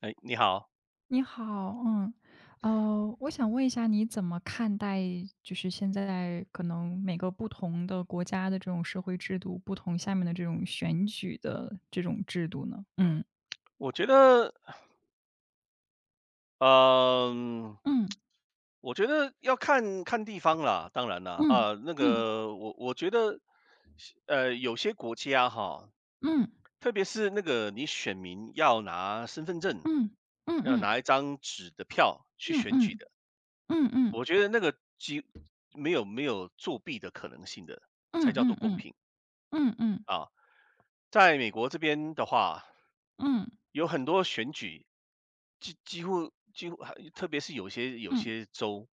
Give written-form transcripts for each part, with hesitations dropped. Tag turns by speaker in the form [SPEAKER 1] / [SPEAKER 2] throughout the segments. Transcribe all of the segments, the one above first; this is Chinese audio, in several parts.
[SPEAKER 1] 哎，你好，
[SPEAKER 2] 你好，我想问一下，你怎么看待就是现在可能每个不同的国家的这种社会制度不同，下面的这种选举的这种制度呢？嗯
[SPEAKER 1] 我觉得，嗯，
[SPEAKER 2] 嗯
[SPEAKER 1] 我觉得要看看地方啦，当然啦，
[SPEAKER 2] 嗯
[SPEAKER 1] 那
[SPEAKER 2] 嗯
[SPEAKER 1] 个我觉得，有些国家哈，
[SPEAKER 2] 嗯
[SPEAKER 1] 特别是那个你选民要拿身份证，
[SPEAKER 2] 嗯嗯
[SPEAKER 1] 要
[SPEAKER 2] 嗯
[SPEAKER 1] 拿一张纸的票去
[SPEAKER 2] 嗯
[SPEAKER 1] 选举
[SPEAKER 2] 嗯
[SPEAKER 1] 的，
[SPEAKER 2] 嗯嗯
[SPEAKER 1] 我觉得那个几没有作弊的可能性的，才叫做
[SPEAKER 2] 嗯
[SPEAKER 1] 公
[SPEAKER 2] 嗯
[SPEAKER 1] 平啊。在美国这边的话，有很多选举，几乎，特别是有些有
[SPEAKER 2] 嗯
[SPEAKER 1] 些州，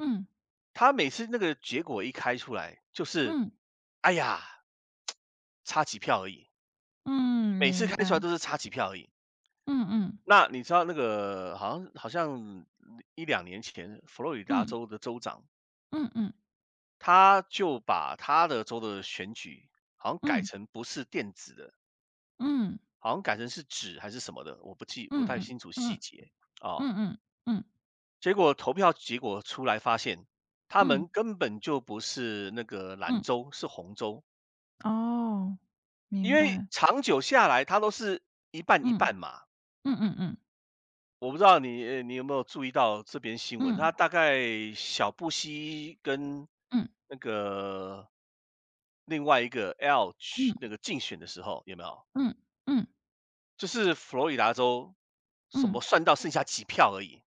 [SPEAKER 2] 嗯
[SPEAKER 1] 他每次那个结果一开出来，就是，
[SPEAKER 2] 嗯
[SPEAKER 1] 哎呀，差几票而已，
[SPEAKER 2] 嗯。
[SPEAKER 1] 每次
[SPEAKER 2] 明
[SPEAKER 1] 开出来
[SPEAKER 2] 白？
[SPEAKER 1] 都是差几票而已。
[SPEAKER 2] 嗯嗯
[SPEAKER 1] 那你知道那个好像一两年前，佛罗里达
[SPEAKER 2] 嗯
[SPEAKER 1] 州的州长，
[SPEAKER 2] 嗯嗯
[SPEAKER 1] 他就把他的州的选举，好像改
[SPEAKER 2] 嗯
[SPEAKER 1] 成不是电子的。
[SPEAKER 2] 嗯
[SPEAKER 1] 好像改成是纸还是什么的，我不
[SPEAKER 2] 嗯
[SPEAKER 1] 太
[SPEAKER 2] 嗯
[SPEAKER 1] 清楚细
[SPEAKER 2] 嗯
[SPEAKER 1] 节啊。
[SPEAKER 2] 嗯嗯
[SPEAKER 1] 结果投票结果出来发现，他
[SPEAKER 2] 嗯
[SPEAKER 1] 们根本就不是那个蓝
[SPEAKER 2] 嗯。
[SPEAKER 1] 州，是红州，
[SPEAKER 2] 哦，明
[SPEAKER 1] 因为
[SPEAKER 2] 白。
[SPEAKER 1] 长久下来，它都是一半一
[SPEAKER 2] 嗯，
[SPEAKER 1] 半嘛。
[SPEAKER 2] 嗯嗯嗯，
[SPEAKER 1] 我不知道你有没有注意到这边新闻，
[SPEAKER 2] 嗯，
[SPEAKER 1] 它大概小布希跟
[SPEAKER 2] 嗯，
[SPEAKER 1] 那个另外一个 L 去
[SPEAKER 2] 嗯，
[SPEAKER 1] 那个竞选的时候，有没有？
[SPEAKER 2] 嗯，嗯，
[SPEAKER 1] 就是佛罗里达州什
[SPEAKER 2] 嗯，
[SPEAKER 1] 么算到剩下几票而已，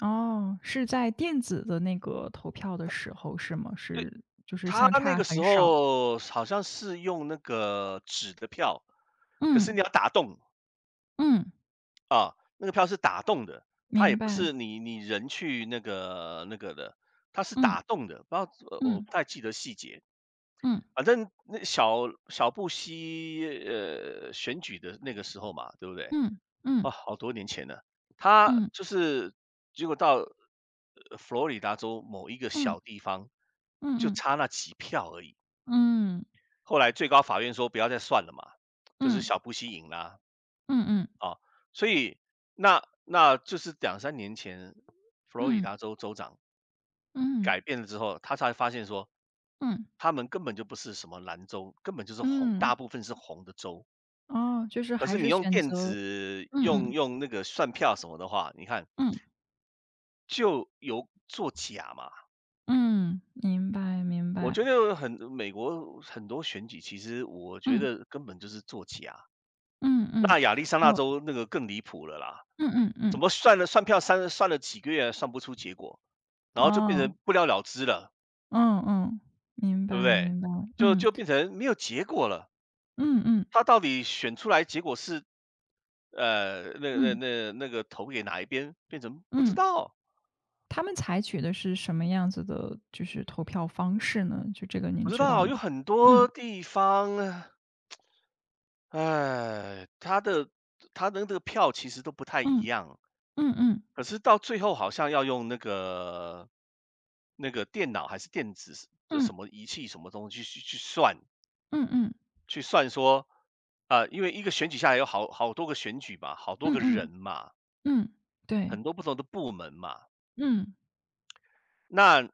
[SPEAKER 2] 哦，是在电子的那个投票的时候是吗？
[SPEAKER 1] 对。
[SPEAKER 2] 是就是
[SPEAKER 1] 他
[SPEAKER 2] 相
[SPEAKER 1] 那
[SPEAKER 2] 差
[SPEAKER 1] 个时
[SPEAKER 2] 很少。
[SPEAKER 1] 候好像是用那个纸的票，可是
[SPEAKER 2] 嗯，
[SPEAKER 1] 你要打洞
[SPEAKER 2] 嗯，
[SPEAKER 1] 啊，那个票是打洞的，它
[SPEAKER 2] 明
[SPEAKER 1] 也不
[SPEAKER 2] 白。
[SPEAKER 1] 是你人去那个的，它是
[SPEAKER 2] 嗯，
[SPEAKER 1] 打洞的，不知道我
[SPEAKER 2] 嗯，
[SPEAKER 1] 不太记得细节。
[SPEAKER 2] 嗯，
[SPEAKER 1] 反正小布希选举的那个时候嘛，对不对？
[SPEAKER 2] 嗯，嗯，
[SPEAKER 1] 啊，好多年前了，他
[SPEAKER 2] 嗯，
[SPEAKER 1] 就是结果到佛罗里达州某一个
[SPEAKER 2] 嗯，
[SPEAKER 1] 小地方，就
[SPEAKER 2] 嗯，
[SPEAKER 1] 差那几票而已。
[SPEAKER 2] 嗯，
[SPEAKER 1] 后来最高法院说不要再算了嘛，就是
[SPEAKER 2] 嗯，
[SPEAKER 1] 小布希赢啦
[SPEAKER 2] 嗯，嗯，
[SPEAKER 1] 啊，所以那就是两三年前，佛罗里
[SPEAKER 2] 嗯，
[SPEAKER 1] 达州州长
[SPEAKER 2] 嗯，
[SPEAKER 1] 改变了之后，他才发现说，
[SPEAKER 2] 嗯，
[SPEAKER 1] 他们根本就不是什么蓝州，根本就是红，
[SPEAKER 2] 嗯，
[SPEAKER 1] 大部分是红的州。
[SPEAKER 2] 哦，就是
[SPEAKER 1] 可
[SPEAKER 2] 还
[SPEAKER 1] 是你
[SPEAKER 2] 是
[SPEAKER 1] 用
[SPEAKER 2] 选
[SPEAKER 1] 电
[SPEAKER 2] 择。
[SPEAKER 1] 子
[SPEAKER 2] 嗯
[SPEAKER 1] 用
[SPEAKER 2] 嗯
[SPEAKER 1] 用那个算票什么的话，你看
[SPEAKER 2] 嗯
[SPEAKER 1] 就有作假嘛。
[SPEAKER 2] 嗯，明白明
[SPEAKER 1] 我
[SPEAKER 2] 白，
[SPEAKER 1] 觉得很美国很多选举，其实我觉
[SPEAKER 2] 嗯。
[SPEAKER 1] 得根本就是作假。
[SPEAKER 2] 嗯嗯，
[SPEAKER 1] 那亚利桑那
[SPEAKER 2] 哦，
[SPEAKER 1] 州那个更离谱了啦，
[SPEAKER 2] 嗯嗯
[SPEAKER 1] 怎
[SPEAKER 2] 嗯，
[SPEAKER 1] 么算票算了几个月算不出结果，然后就变
[SPEAKER 2] 哦，
[SPEAKER 1] 成不了了之了，
[SPEAKER 2] 嗯嗯，明
[SPEAKER 1] 对不
[SPEAKER 2] 白
[SPEAKER 1] 对？
[SPEAKER 2] 明白。
[SPEAKER 1] 就
[SPEAKER 2] 嗯，
[SPEAKER 1] 就变成没有结果了。
[SPEAKER 2] 嗯嗯
[SPEAKER 1] 他到底选出来结果是
[SPEAKER 2] 嗯
[SPEAKER 1] 那个投给哪一边，变成不知
[SPEAKER 2] 嗯，
[SPEAKER 1] 道，
[SPEAKER 2] 他们采取的是什么样子的，就是投票方式呢？就这个您
[SPEAKER 1] 不知
[SPEAKER 2] 知道
[SPEAKER 1] 道
[SPEAKER 2] 吗？
[SPEAKER 1] 有很
[SPEAKER 2] 嗯
[SPEAKER 1] 多地方，哎，他的那个票其实都不太一
[SPEAKER 2] 嗯
[SPEAKER 1] 样，
[SPEAKER 2] 嗯嗯
[SPEAKER 1] 可是到最后好像要用那个电脑还是电子的
[SPEAKER 2] 嗯
[SPEAKER 1] 什么仪器什么东西去算。
[SPEAKER 2] 嗯嗯
[SPEAKER 1] 去算说，啊，因为一个选举下来有好多个选举嘛，好多
[SPEAKER 2] 嗯
[SPEAKER 1] 个人
[SPEAKER 2] 嗯
[SPEAKER 1] 嘛，
[SPEAKER 2] 嗯，对，
[SPEAKER 1] 很多不同的部门嘛，
[SPEAKER 2] 嗯
[SPEAKER 1] 那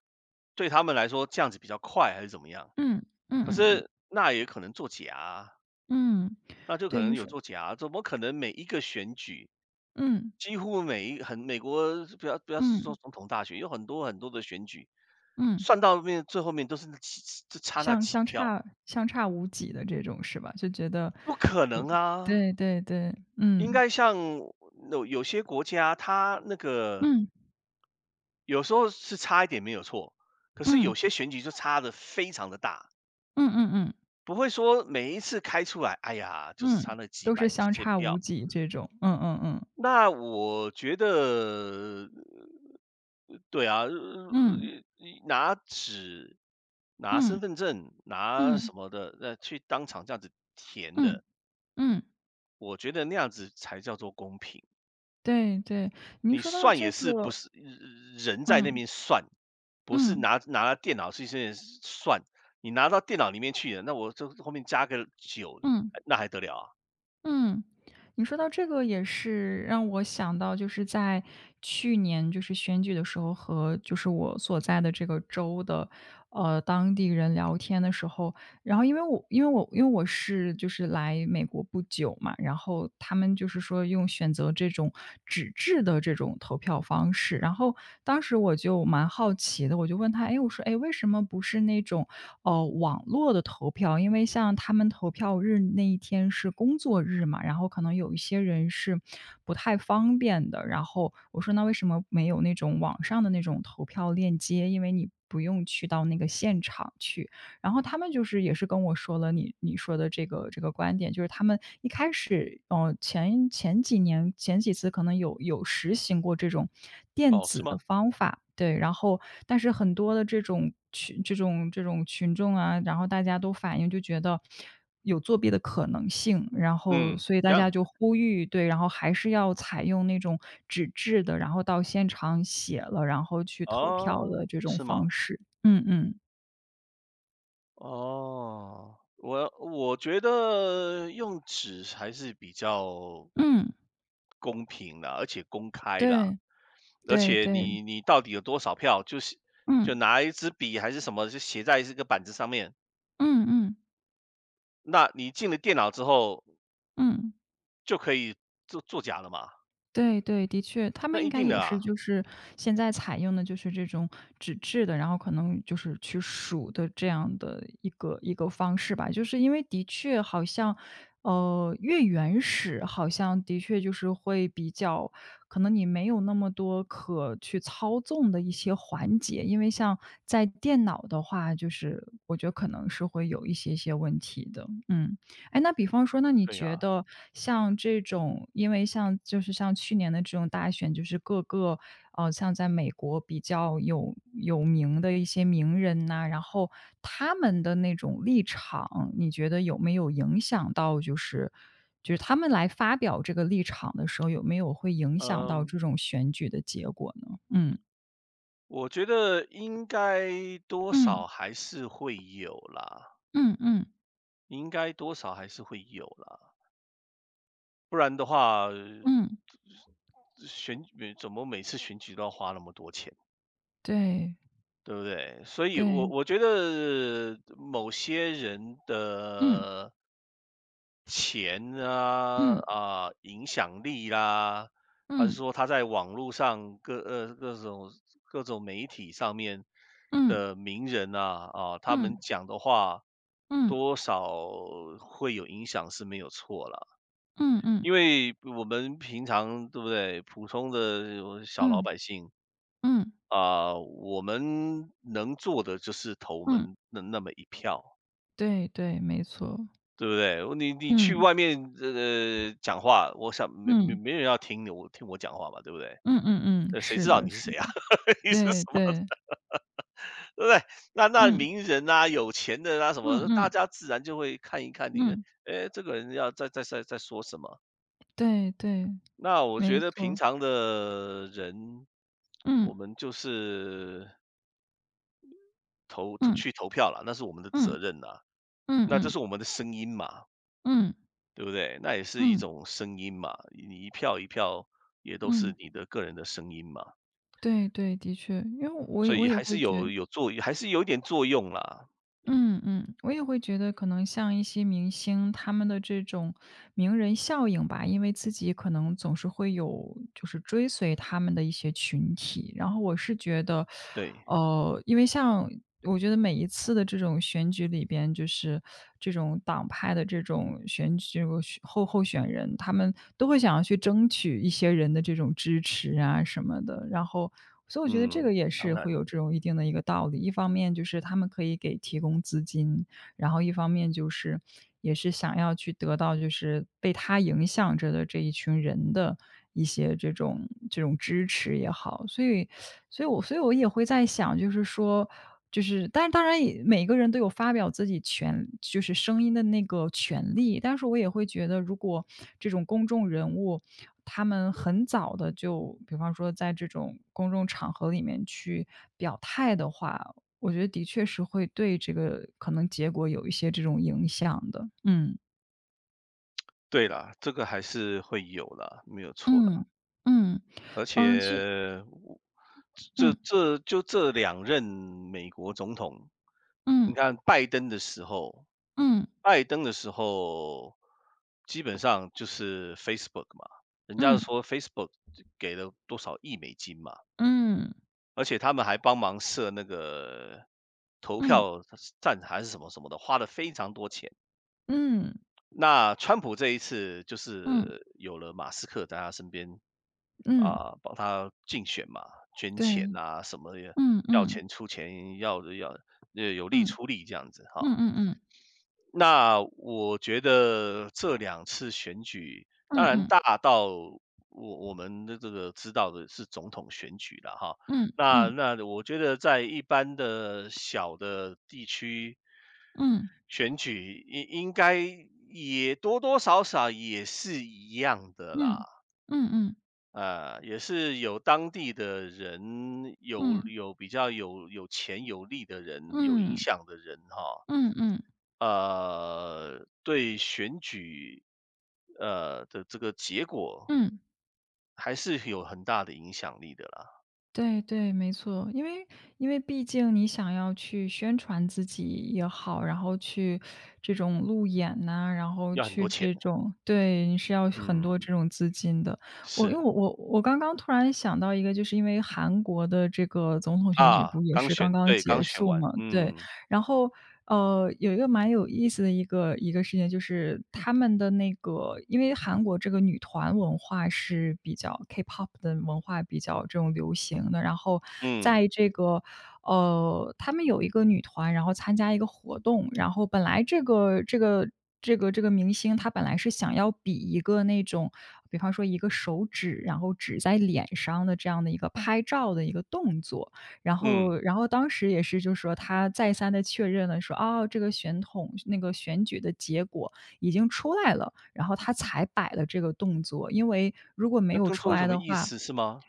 [SPEAKER 1] 对他们来说这样子比较快还是怎么样？
[SPEAKER 2] 嗯嗯
[SPEAKER 1] 可
[SPEAKER 2] 嗯嗯
[SPEAKER 1] 是那也可能作假啊
[SPEAKER 2] 嗯，
[SPEAKER 1] 那就可
[SPEAKER 2] 对，您
[SPEAKER 1] 能有
[SPEAKER 2] 说。
[SPEAKER 1] 作假啊怎么可能每一个选举，
[SPEAKER 2] 嗯
[SPEAKER 1] 几乎很美国不要是说
[SPEAKER 2] 嗯
[SPEAKER 1] 总统大选，有很多很多的选举，
[SPEAKER 2] 嗯，
[SPEAKER 1] 算到最后面都是就差那
[SPEAKER 2] 相
[SPEAKER 1] 几
[SPEAKER 2] 相
[SPEAKER 1] 票，
[SPEAKER 2] 差相差无几的这种是吧？就觉得
[SPEAKER 1] 不可
[SPEAKER 2] 不，
[SPEAKER 1] 能啊！
[SPEAKER 2] 对对对，
[SPEAKER 1] 应
[SPEAKER 2] 嗯
[SPEAKER 1] 该像有些国家，它那个
[SPEAKER 2] 嗯。
[SPEAKER 1] 有时候是差一点没有错，可是
[SPEAKER 2] 嗯，
[SPEAKER 1] 有些选举就差的非常的大，
[SPEAKER 2] 嗯嗯嗯，
[SPEAKER 1] 不会说每一次开出来，哎呀，就是差
[SPEAKER 2] 嗯，
[SPEAKER 1] 那几
[SPEAKER 2] 都是
[SPEAKER 1] 百几
[SPEAKER 2] 相
[SPEAKER 1] 千
[SPEAKER 2] 差无
[SPEAKER 1] 票。
[SPEAKER 2] 几这种，嗯嗯嗯。
[SPEAKER 1] 那我觉得，对啊，
[SPEAKER 2] 嗯，
[SPEAKER 1] 拿纸、拿
[SPEAKER 2] 嗯，
[SPEAKER 1] 身份证、拿
[SPEAKER 2] 嗯，
[SPEAKER 1] 什么的，去当场这样子填
[SPEAKER 2] 嗯，
[SPEAKER 1] 的，
[SPEAKER 2] 嗯，
[SPEAKER 1] 我觉得那样子才叫做公平。
[SPEAKER 2] 对对，您
[SPEAKER 1] 你
[SPEAKER 2] 说到
[SPEAKER 1] 算
[SPEAKER 2] 这
[SPEAKER 1] 也是不
[SPEAKER 2] 个。
[SPEAKER 1] 是人在那
[SPEAKER 2] 嗯，
[SPEAKER 1] 边算，不是
[SPEAKER 2] 嗯，
[SPEAKER 1] 拿到电脑去先算，你拿到电脑里面去了，那我就后面加个九，
[SPEAKER 2] 嗯。
[SPEAKER 1] 那还得了啊？
[SPEAKER 2] 嗯，你说到这个也是让我想到，就是在去年就是选举的时候和就是我所在的这个州的，当地人聊天的时候，然后因为我是就是来美国不久嘛，然后他们就是说用选择这种纸质的这种投票方式，然后当时我就蛮好奇的，我就问他，哎，我说，哎为什么不是那种网络的投票，因为像他们投票日那一天是工作日嘛，然后可能有一些人是不太方便的。然后我说那为什么没有那种网上的那种投票链接？因为你不用去到那个现场去。然后他们就是也是跟我说了你说的这个观点，就是他们一开始，前几年前几次可能有实行过这种电
[SPEAKER 1] 哦，
[SPEAKER 2] 子
[SPEAKER 1] 是
[SPEAKER 2] 的
[SPEAKER 1] 吗？
[SPEAKER 2] 方法，对，然后但是很多的这种群众啊，然后大家都反映就觉得有作弊的可能性，然后
[SPEAKER 1] 嗯，
[SPEAKER 2] 所以
[SPEAKER 1] 这
[SPEAKER 2] 大家
[SPEAKER 1] 样
[SPEAKER 2] 就
[SPEAKER 1] 子，
[SPEAKER 2] 呼吁，对，然后还是要采用那种纸质的，然后到现场写了，然后去投票
[SPEAKER 1] 哦，
[SPEAKER 2] 的这种
[SPEAKER 1] 是吗？
[SPEAKER 2] 方式。嗯嗯，
[SPEAKER 1] 哦，我觉得用纸还是比较
[SPEAKER 2] 嗯，
[SPEAKER 1] 公平的，而且公开啦，
[SPEAKER 2] 对。
[SPEAKER 1] 而
[SPEAKER 2] 对
[SPEAKER 1] 且
[SPEAKER 2] 对，
[SPEAKER 1] 你到底有多少票，就是就
[SPEAKER 2] 嗯，
[SPEAKER 1] 拿一支笔还是什么，就写在这个板子上面，
[SPEAKER 2] 嗯嗯
[SPEAKER 1] 那你进了电脑之后
[SPEAKER 2] 嗯，
[SPEAKER 1] 就可以做作假了嘛？
[SPEAKER 2] 对对，的确，他
[SPEAKER 1] 那
[SPEAKER 2] 们应
[SPEAKER 1] 一
[SPEAKER 2] 该
[SPEAKER 1] 定
[SPEAKER 2] 也
[SPEAKER 1] 的
[SPEAKER 2] 是
[SPEAKER 1] 啊，
[SPEAKER 2] 就是现在采用的就是这种纸质的，然后可能就是去数的这样的一个一个方式吧。就是因为的确好像，越原始好像的确就是会比较可能你没有那么多可去操纵的一些环节，因为像在电脑的话，就是我觉得可能是会有一些些问题的，嗯。哎，那比方说，那你
[SPEAKER 1] 对
[SPEAKER 2] 觉
[SPEAKER 1] 呀，
[SPEAKER 2] 得像这种，因为像就是像去年的这种大选，就是各个像在美国比较有名的一些名人呐、然后他们的那种立场，你觉得有没有影响到，就是就是他们来发表这个立场的时候，有没有会影响到
[SPEAKER 1] 嗯，
[SPEAKER 2] 这种选举的结果呢？嗯
[SPEAKER 1] 我觉得应该多
[SPEAKER 2] 嗯
[SPEAKER 1] 少还是会有啦，
[SPEAKER 2] 嗯嗯
[SPEAKER 1] 应该多少还是会有啦，不然的话，
[SPEAKER 2] 嗯，
[SPEAKER 1] 选举怎么每次选举都要花那么多钱？
[SPEAKER 2] 对
[SPEAKER 1] 对不对？所以
[SPEAKER 2] 对，
[SPEAKER 1] 我觉得某些人
[SPEAKER 2] 嗯
[SPEAKER 1] 的钱啊
[SPEAKER 2] 嗯
[SPEAKER 1] 啊、影响力啦、还是
[SPEAKER 2] 嗯
[SPEAKER 1] 说他在网络上各种各种媒体上面
[SPEAKER 2] 嗯
[SPEAKER 1] 的名人啊，他们
[SPEAKER 2] 嗯
[SPEAKER 1] 讲的话
[SPEAKER 2] 嗯嗯
[SPEAKER 1] 多少会有影响是没有错啦。
[SPEAKER 2] 嗯嗯。
[SPEAKER 1] 因为我们平常对不对，普通的小老
[SPEAKER 2] 嗯，
[SPEAKER 1] 百姓
[SPEAKER 2] 嗯，
[SPEAKER 1] 啊，我们能做的就是投我
[SPEAKER 2] 嗯，
[SPEAKER 1] 们那么一票，
[SPEAKER 2] 对对，没错。
[SPEAKER 1] 对不对？你去
[SPEAKER 2] 嗯，
[SPEAKER 1] 外面讲话，我想没没
[SPEAKER 2] 嗯，
[SPEAKER 1] 没人要听我讲话嘛，对不对？
[SPEAKER 2] 嗯嗯嗯，
[SPEAKER 1] 那谁
[SPEAKER 2] 是
[SPEAKER 1] 知道
[SPEAKER 2] 的
[SPEAKER 1] 你是
[SPEAKER 2] 是
[SPEAKER 1] 谁啊？
[SPEAKER 2] 的，
[SPEAKER 1] 你是
[SPEAKER 2] 对
[SPEAKER 1] 什么，
[SPEAKER 2] 对，
[SPEAKER 1] 对不对？那
[SPEAKER 2] 嗯，
[SPEAKER 1] 名人啊、有钱的啊什
[SPEAKER 2] 嗯
[SPEAKER 1] 么，大
[SPEAKER 2] 嗯，
[SPEAKER 1] 家自然就会看一看你，
[SPEAKER 2] 嗯，
[SPEAKER 1] 哎，这个人要在说什么？
[SPEAKER 2] 对对，
[SPEAKER 1] 那我觉
[SPEAKER 2] 没
[SPEAKER 1] 得平
[SPEAKER 2] 错。
[SPEAKER 1] 常的人，
[SPEAKER 2] 嗯，
[SPEAKER 1] 我们就是
[SPEAKER 2] 嗯，
[SPEAKER 1] 去投票了，那是我们的
[SPEAKER 2] 嗯，
[SPEAKER 1] 责任呐、
[SPEAKER 2] 嗯
[SPEAKER 1] 那这
[SPEAKER 2] 嗯，
[SPEAKER 1] 是我们的声音嘛，
[SPEAKER 2] 嗯，
[SPEAKER 1] 对不对？那也是一
[SPEAKER 2] 嗯，
[SPEAKER 1] 种声音嘛，你一票一票也都是
[SPEAKER 2] 嗯，
[SPEAKER 1] 你的个人的声音嘛，
[SPEAKER 2] 对对，的确，因为我也
[SPEAKER 1] 所
[SPEAKER 2] 我
[SPEAKER 1] 以
[SPEAKER 2] 也
[SPEAKER 1] 还
[SPEAKER 2] 会
[SPEAKER 1] 是
[SPEAKER 2] 觉。
[SPEAKER 1] 有作用，还是有一点作用啦。
[SPEAKER 2] 嗯嗯，我也会觉得可能像一些明星，他们的这种名人效应吧，因为自己可能总是会有就是追随他们的一些群体，然后我是觉得，
[SPEAKER 1] 对，
[SPEAKER 2] 因为像我觉得每一次的这种选举里边，就是这种党派的这种选举候选人，他们都会想要去争取一些人的这种支持啊什么的，然后所以我觉得这
[SPEAKER 1] 嗯，
[SPEAKER 2] 个也
[SPEAKER 1] 当
[SPEAKER 2] 是
[SPEAKER 1] 然，
[SPEAKER 2] 会有这种一定的一个道理，一方面就是他们可以给提供资金，然后一方面就是也是想要去得到就是被他影响着的这一群人的一些这种支持也好。所以我也会在想，就是说就是，但是当然也每个人都有发表自己就是声音的那个权利，但是我也会觉得，如果这种公众人物他们很早的就比方说在这种公众场合里面去表态的话，我觉得的确是会对这个可能结果有一些这种影响的。嗯，
[SPEAKER 1] 对啦，这个还是会有啦，没有错
[SPEAKER 2] 嗯，嗯
[SPEAKER 1] 啦。
[SPEAKER 2] 嗯，
[SPEAKER 1] 而
[SPEAKER 2] 去。
[SPEAKER 1] 且我
[SPEAKER 2] 嗯，
[SPEAKER 1] 这两任美国总统，
[SPEAKER 2] 嗯，
[SPEAKER 1] 你看拜登的时候，
[SPEAKER 2] 嗯，
[SPEAKER 1] 拜登的时候，基本上就是 Facebook 嘛，人家
[SPEAKER 2] 嗯，
[SPEAKER 1] 说 Facebook 给了多少亿美金嘛，
[SPEAKER 2] 嗯，
[SPEAKER 1] 而且他们还帮忙设那个投
[SPEAKER 2] 嗯，
[SPEAKER 1] 票站还是什么什么的，花了非常多钱。
[SPEAKER 2] 嗯，
[SPEAKER 1] 那川普这一次就
[SPEAKER 2] 嗯，
[SPEAKER 1] 是有了马斯克在他身边
[SPEAKER 2] 嗯，
[SPEAKER 1] 啊，帮他竞选嘛，捐钱
[SPEAKER 2] 对，
[SPEAKER 1] 啊什么的，
[SPEAKER 2] 嗯，
[SPEAKER 1] 要
[SPEAKER 2] 嗯，
[SPEAKER 1] 钱出钱，要有力
[SPEAKER 2] 嗯，
[SPEAKER 1] 出力这样子哈。
[SPEAKER 2] 嗯，嗯，
[SPEAKER 1] 那我觉得这两次选举，当然
[SPEAKER 2] 嗯，
[SPEAKER 1] 大到我们的这个知道的是总统选举了哈，
[SPEAKER 2] 嗯，
[SPEAKER 1] 那
[SPEAKER 2] 嗯，
[SPEAKER 1] 那我觉得在一般的小的地区
[SPEAKER 2] 嗯，
[SPEAKER 1] 选举应该也多多少少也是一样的啦，
[SPEAKER 2] 嗯，嗯，嗯，
[SPEAKER 1] 呃，也是有当地的人，
[SPEAKER 2] 嗯，
[SPEAKER 1] 有比较有钱有力的人，有
[SPEAKER 2] 嗯，
[SPEAKER 1] 影
[SPEAKER 2] 嗯，
[SPEAKER 1] 响的人哈。
[SPEAKER 2] 嗯，嗯，嗯，
[SPEAKER 1] 呃，对选举，呃，的这个结果
[SPEAKER 2] 嗯。
[SPEAKER 1] 还是有很大的影响力的啦，
[SPEAKER 2] 对对，没错，因为毕竟你想要去宣传自己也好，然后去这种路演呐、然后
[SPEAKER 1] 要很
[SPEAKER 2] 去
[SPEAKER 1] 多钱。
[SPEAKER 2] 这种，对，你是要很多
[SPEAKER 1] 嗯，
[SPEAKER 2] 这种资金的。我因为
[SPEAKER 1] 是。
[SPEAKER 2] 我我我刚刚突然想到一个，就是因为韩国的这个总统选举
[SPEAKER 1] 啊，
[SPEAKER 2] 不也
[SPEAKER 1] 刚
[SPEAKER 2] 是刚
[SPEAKER 1] 选
[SPEAKER 2] 刚
[SPEAKER 1] 对，
[SPEAKER 2] 结
[SPEAKER 1] 刚选
[SPEAKER 2] 束
[SPEAKER 1] 完，
[SPEAKER 2] 嘛？对，
[SPEAKER 1] 嗯，
[SPEAKER 2] 然后，有一个蛮有意思的一个事情，就是他们的那个因为韩国这个女团文化是比较 K-pop 的文化比较这种流行的，然后
[SPEAKER 1] 嗯，
[SPEAKER 2] 在这个他们有一个女团，然后参加一个活动，然后本来这个明星，她本来是想要比一个那种，比方说一个手指，然后指在脸上的这样的一个拍照的一个动作。然
[SPEAKER 1] 嗯，
[SPEAKER 2] 后然后当时也是就是说他再三的确认了说，哦，这个选举的结果已经出来了，然后他才摆了这个动作。因为如果没
[SPEAKER 1] 那
[SPEAKER 2] 有
[SPEAKER 1] 动
[SPEAKER 2] 出
[SPEAKER 1] 作有
[SPEAKER 2] 来
[SPEAKER 1] 什么
[SPEAKER 2] 的
[SPEAKER 1] 意
[SPEAKER 2] 话，
[SPEAKER 1] 思是吗？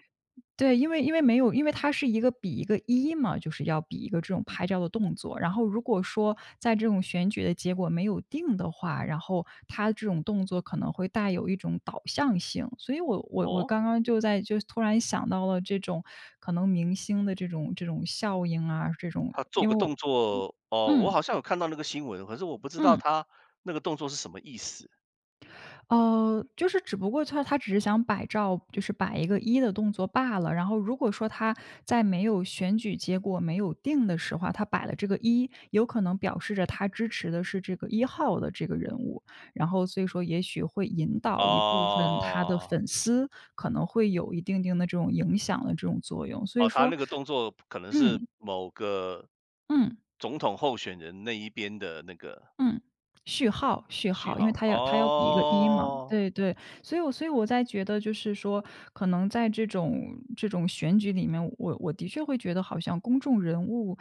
[SPEAKER 2] 对，因为没有，它是一个比一个一嘛，就是要比一个这种拍照的动作。然后如果说在这种选举的结果没有定的话，然后它这种动作可能会带有一种导向性。所以我
[SPEAKER 1] 哦？
[SPEAKER 2] 刚刚就突然想到了这种可能明星的这种效应啊，这种
[SPEAKER 1] 他做
[SPEAKER 2] 因为
[SPEAKER 1] 个
[SPEAKER 2] 我。
[SPEAKER 1] 动作，哦，我
[SPEAKER 2] 嗯
[SPEAKER 1] 好像有看到那个新闻，可是我不知道
[SPEAKER 2] 嗯。
[SPEAKER 1] 他那个动作是什么意思。
[SPEAKER 2] 就是只不过他只是想摆照，就是摆一个一的动作罢了。然后如果说他在没有选举结果没有定的时候啊他摆了这个一，有可能表示着他支持的是这个一号的这个人物。然后所以说也许会引导一部分他的
[SPEAKER 1] 哦，
[SPEAKER 2] 粉丝，可能会有一定的这种影响的这种作用。所以
[SPEAKER 1] 哦，他
[SPEAKER 2] 说
[SPEAKER 1] 那个动作可能是
[SPEAKER 2] 嗯，
[SPEAKER 1] 某个
[SPEAKER 2] 嗯。
[SPEAKER 1] 总统候选人那一边的那个
[SPEAKER 2] 嗯，序号序
[SPEAKER 1] 序
[SPEAKER 2] 号，因
[SPEAKER 1] 号，
[SPEAKER 2] 为它要比一个一嘛，
[SPEAKER 1] 哦，
[SPEAKER 2] 对对，所以我在觉得就是说，可能在这种选举里面，我的确会觉得好像公众人物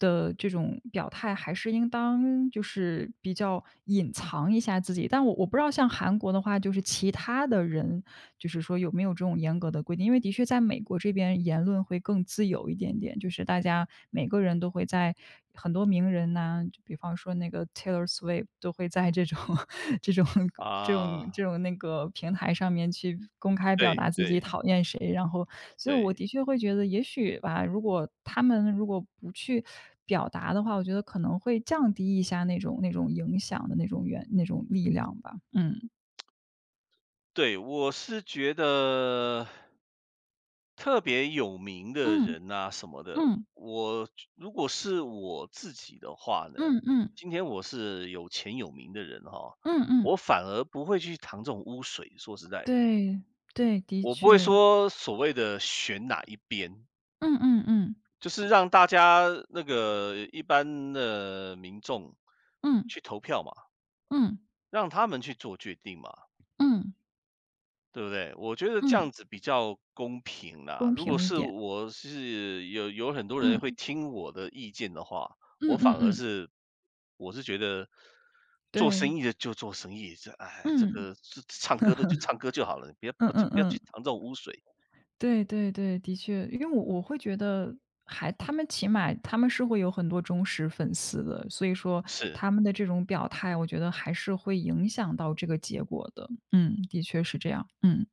[SPEAKER 2] 的这种表态还是应当就是比较隐藏一下自己，但我不知道像韩国的话，就是其他的人，就是说有没有这种严格的规定，因为的确在美国这边言论会更自由一点点，就是大家每个人都会在很多名人呐，就比方说那个 Taylor Swift 都会在这种 这种这种
[SPEAKER 1] 啊，
[SPEAKER 2] 这种那个平台上面去公开表达
[SPEAKER 1] 对
[SPEAKER 2] 自己
[SPEAKER 1] 对
[SPEAKER 2] 讨厌谁，然后所以我
[SPEAKER 1] 对
[SPEAKER 2] 的确会觉得，也许吧，如果他们不去表达的话，我觉得可能会降低一下那种影响的那种力量吧。嗯
[SPEAKER 1] 对，我是觉得特别有名的
[SPEAKER 2] 嗯
[SPEAKER 1] 人呐什么的，
[SPEAKER 2] 嗯
[SPEAKER 1] 我如果是我自己的话呢，
[SPEAKER 2] 嗯嗯
[SPEAKER 1] 今天我是有钱有名的人哈，
[SPEAKER 2] 嗯嗯，
[SPEAKER 1] 我反而不会去淌这种污水，说实在的，
[SPEAKER 2] 对对，的
[SPEAKER 1] 我不会
[SPEAKER 2] 确，
[SPEAKER 1] 说所谓的选哪一边，
[SPEAKER 2] 嗯嗯嗯
[SPEAKER 1] 就是让大家那个一般的民众
[SPEAKER 2] 嗯
[SPEAKER 1] 去投票嘛。
[SPEAKER 2] 嗯
[SPEAKER 1] 让他们去做决定嘛，
[SPEAKER 2] 嗯嗯
[SPEAKER 1] 对不对？我觉得这
[SPEAKER 2] 嗯。
[SPEAKER 1] 样子比较公平
[SPEAKER 2] 公
[SPEAKER 1] 啦。如果
[SPEAKER 2] 平一
[SPEAKER 1] 是
[SPEAKER 2] 点。
[SPEAKER 1] 我是有很多人
[SPEAKER 2] 嗯，
[SPEAKER 1] 会听我的意见的话，
[SPEAKER 2] 嗯
[SPEAKER 1] 我
[SPEAKER 2] 嗯
[SPEAKER 1] 反而
[SPEAKER 2] 嗯，
[SPEAKER 1] 是我是觉得做
[SPEAKER 2] 对，
[SPEAKER 1] 生意的就做生意，这哎，这
[SPEAKER 2] 嗯，
[SPEAKER 1] 个这唱歌的就唱歌就好了，你不要
[SPEAKER 2] 嗯
[SPEAKER 1] 不就
[SPEAKER 2] 嗯
[SPEAKER 1] 不要
[SPEAKER 2] 嗯，
[SPEAKER 1] 去淌这种污水。
[SPEAKER 2] 对对对，的确，因为我会觉得他们起码他们是会有很多忠实粉丝的，所以说
[SPEAKER 1] 是，
[SPEAKER 2] 他们的这种表态，我觉得还是会影响到这个结果的。嗯，的确是这样，嗯。